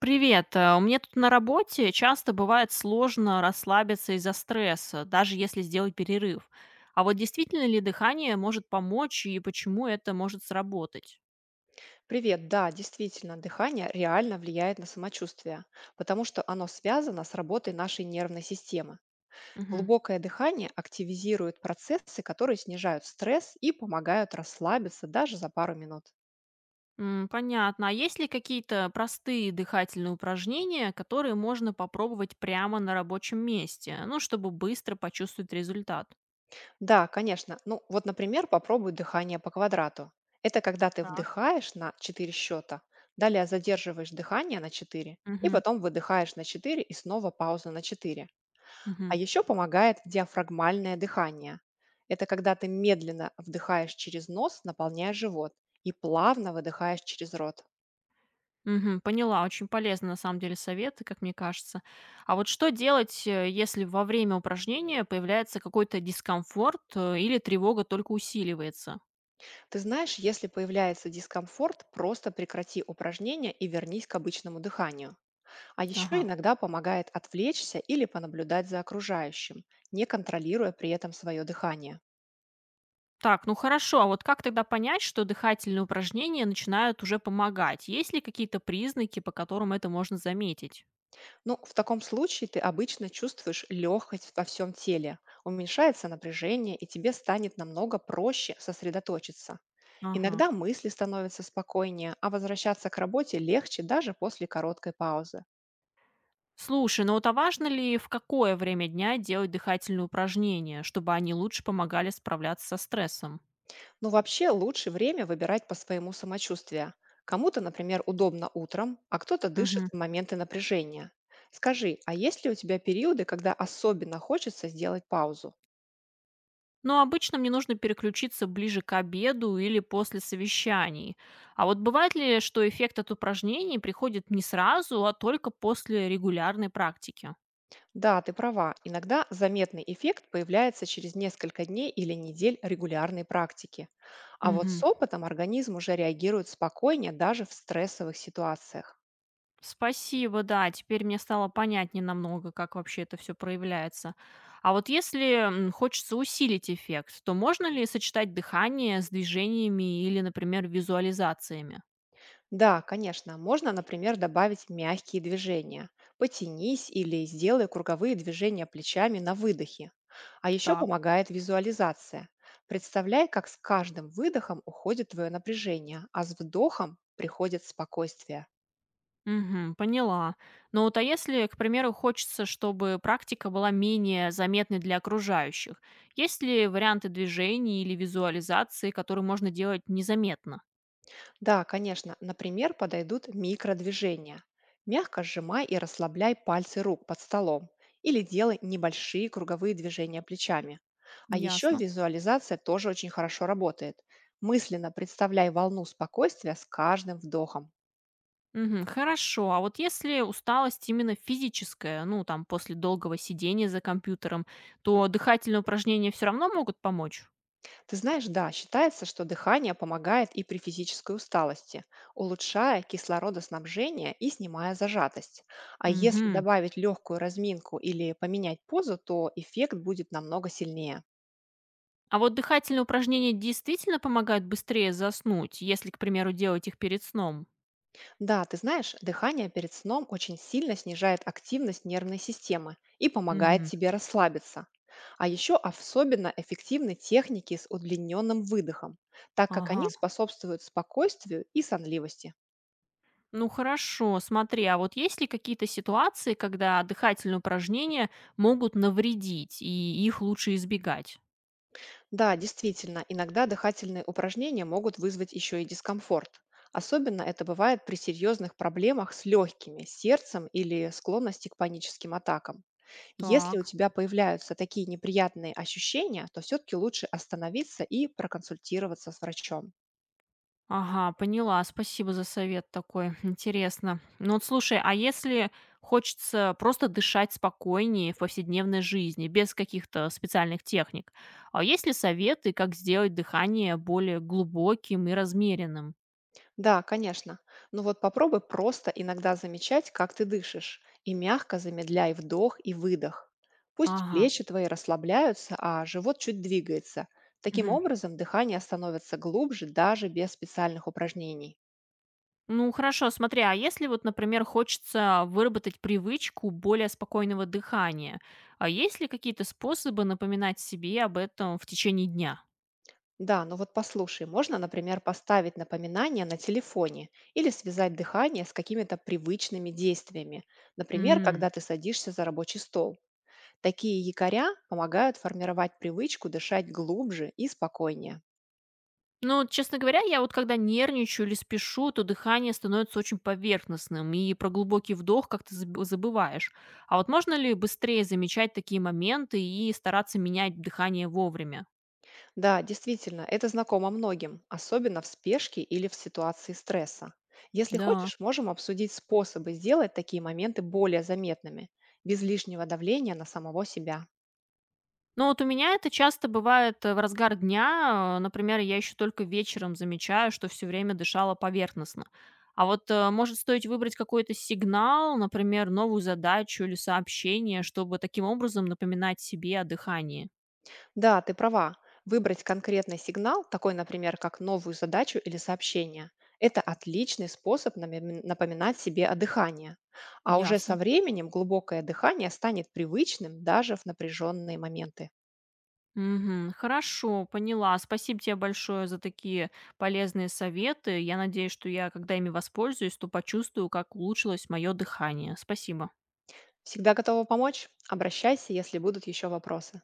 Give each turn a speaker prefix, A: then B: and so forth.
A: Привет. У меня тут на работе часто бывает сложно расслабиться из-за стресса, даже если сделать перерыв. А вот действительно ли дыхание может помочь и почему это может сработать?
B: Привет, да, действительно, дыхание реально влияет на самочувствие, потому что оно связано с работой нашей нервной системы.
A: Мгм.
B: Глубокое дыхание активизирует процессы, которые снижают стресс и помогают расслабиться даже за пару минут.
A: Понятно. А есть ли какие-то простые дыхательные упражнения, которые можно попробовать прямо на рабочем месте, ну, чтобы быстро почувствовать результат?
B: Да, конечно. Ну, вот, например, попробуй дыхание по квадрату. Это когда ты
A: Так.
B: вдыхаешь на 4 счета, далее задерживаешь дыхание на 4, и
A: Мгм.
B: потом выдыхаешь на 4 и снова пауза на 4. А
A: Мгм.
B: еще помогает диафрагмальное дыхание. Это когда ты медленно вдыхаешь через нос, наполняя живот, и плавно выдыхаешь через рот.
A: Мгм. Поняла, очень полезны на самом деле советы, как мне кажется. А вот что делать, если во время упражнения появляется какой-то дискомфорт или тревога только усиливается?
B: Ты знаешь, если появляется дискомфорт, просто прекрати упражнение и вернись к обычному дыханию. А еще
A: Ага.
B: иногда помогает отвлечься или понаблюдать за окружающим, не контролируя при этом свое дыхание.
A: Так, ну хорошо, а вот как тогда понять, что дыхательные упражнения начинают уже помогать? Есть ли какие-то признаки, по которым это можно заметить?
B: Ну, в таком случае ты обычно чувствуешь легкость во всем теле, уменьшается напряжение и тебе станет намного проще сосредоточиться.
A: Ага.
B: Иногда мысли становятся спокойнее, а возвращаться к работе легче даже после короткой паузы.
A: Слушай, ну вот а важно ли в какое время дня делать дыхательные упражнения, чтобы они лучше помогали справляться со стрессом?
B: Но вообще лучше время выбирать по своему самочувствию. Кому-то, например, удобно утром, а кто-то дышит
A: Мгм.
B: в моменты напряжения. Скажи, а есть ли у тебя периоды, когда особенно хочется сделать паузу?
A: Но обычно мне нужно переключиться ближе к обеду или после совещаний. А вот бывает ли, что эффект от упражнений приходит не сразу, а только после регулярной практики?
B: Да, ты права, иногда заметный эффект появляется через несколько дней или недель регулярной практики. А вот с
A: Мгм.
B: опытом организм уже реагирует спокойнее даже в стрессовых ситуациях.
A: Спасибо, да, теперь мне стало понятнее намного, как вообще это все проявляется. А вот если хочется усилить эффект, то можно ли сочетать дыхание с движениями или, например, визуализациями?
B: Да, конечно, можно, например, добавить мягкие движения. Потянись или сделай круговые движения плечами на выдохе. А еще
A: Так.
B: помогает визуализация. Представляй, как с каждым выдохом уходит твое напряжение, а с вдохом приходит спокойствие.
A: Мгм, поняла. Но вот а если, к примеру, хочется, чтобы практика была менее заметной для окружающих, есть ли варианты движений или визуализации, которые можно делать незаметно?
B: Да, конечно. Например, подойдут микродвижения. Мягко сжимай и расслабляй пальцы рук под столом или делай небольшие круговые движения плечами. А еще
A: Ясно.
B: визуализация тоже очень хорошо работает. Мысленно представляй волну спокойствия с каждым вдохом.
A: Мгм, хорошо. А вот если усталость именно физическая, ну там после долгого сидения за компьютером, то дыхательные упражнения все равно могут помочь?
B: Ты знаешь, да, считается, что дыхание помогает и при физической усталости, улучшая кислородоснабжение и снимая зажатость. А если
A: Мгм.
B: добавить легкую разминку или поменять позу, то эффект будет намного сильнее.
A: А вот дыхательные упражнения действительно помогают быстрее заснуть, если, к примеру, делать их перед сном?
B: Да, ты знаешь, дыхание перед сном очень сильно снижает активность нервной системы и помогает
A: Мгм.
B: тебе расслабиться. А еще особенно эффективны техники с удлиненным выдохом, так как они
A: Ага.
B: способствуют спокойствию и сонливости.
A: Ну хорошо, смотри, а вот есть ли какие-то ситуации, когда дыхательные упражнения могут навредить, и их лучше избегать?
B: Да, действительно, иногда дыхательные упражнения могут вызвать еще и дискомфорт. Особенно это бывает при серьезных проблемах с легкими, сердцем или склонности к паническим атакам. Если у
A: Так.
B: тебя появляются такие неприятные ощущения, то все-таки лучше остановиться и проконсультироваться с врачом.
A: Ага, поняла. Спасибо за совет такой. Интересно. Ну вот слушай, а если хочется просто дышать спокойнее в повседневной жизни, без каких-то специальных техник, а есть ли советы, как сделать дыхание более глубоким и размеренным?
B: Да, конечно. Но вот попробуй просто иногда замечать, как ты дышишь, и мягко замедляй вдох и выдох. Пусть
A: Ага.
B: плечи твои расслабляются, а живот чуть двигается. Таким
A: Мгм.
B: образом, дыхание становится глубже даже без специальных упражнений.
A: Ну, хорошо, смотри, а если вот, например, хочется выработать привычку более спокойного дыхания, а есть ли какие-то способы напоминать себе об этом в течение дня?
B: Да, ну вот послушай, можно, например, поставить напоминание на телефоне или связать дыхание с какими-то привычными действиями. Например, когда
A: М.
B: ты садишься за рабочий стол. Такие якоря помогают формировать привычку дышать глубже и спокойнее.
A: Ну, вот, честно говоря, я вот когда нервничаю или спешу, то дыхание становится очень поверхностным, и про глубокий вдох как-то забываешь. А вот можно ли быстрее замечать такие моменты и стараться менять дыхание вовремя?
B: Да, действительно, это знакомо многим, особенно в спешке или в ситуации стресса. Если
A: Да.
B: хочешь, можем обсудить способы сделать такие моменты более заметными, без лишнего давления на самого себя.
A: Ну вот у меня это часто бывает, в разгар дня. Например, я еще только вечером замечаю, что все время дышала поверхностно. А вот, может, стоит выбрать какой-то сигнал, например, новую задачу или сообщение, чтобы таким образом напоминать себе о дыхании.
B: Да, ты права. Выбрать конкретный сигнал, такой, например, как новую задачу или сообщение, это отличный способ напоминать себе о дыхании. А уже со
A: Ясно.
B: временем глубокое дыхание станет привычным даже в напряженные моменты.
A: Мгм. Хорошо, поняла. Спасибо тебе большое за такие полезные советы. Я надеюсь, что я, когда ими воспользуюсь, то почувствую, как улучшилось мое дыхание. Спасибо.
B: Всегда готова помочь? Обращайся, если будут еще вопросы.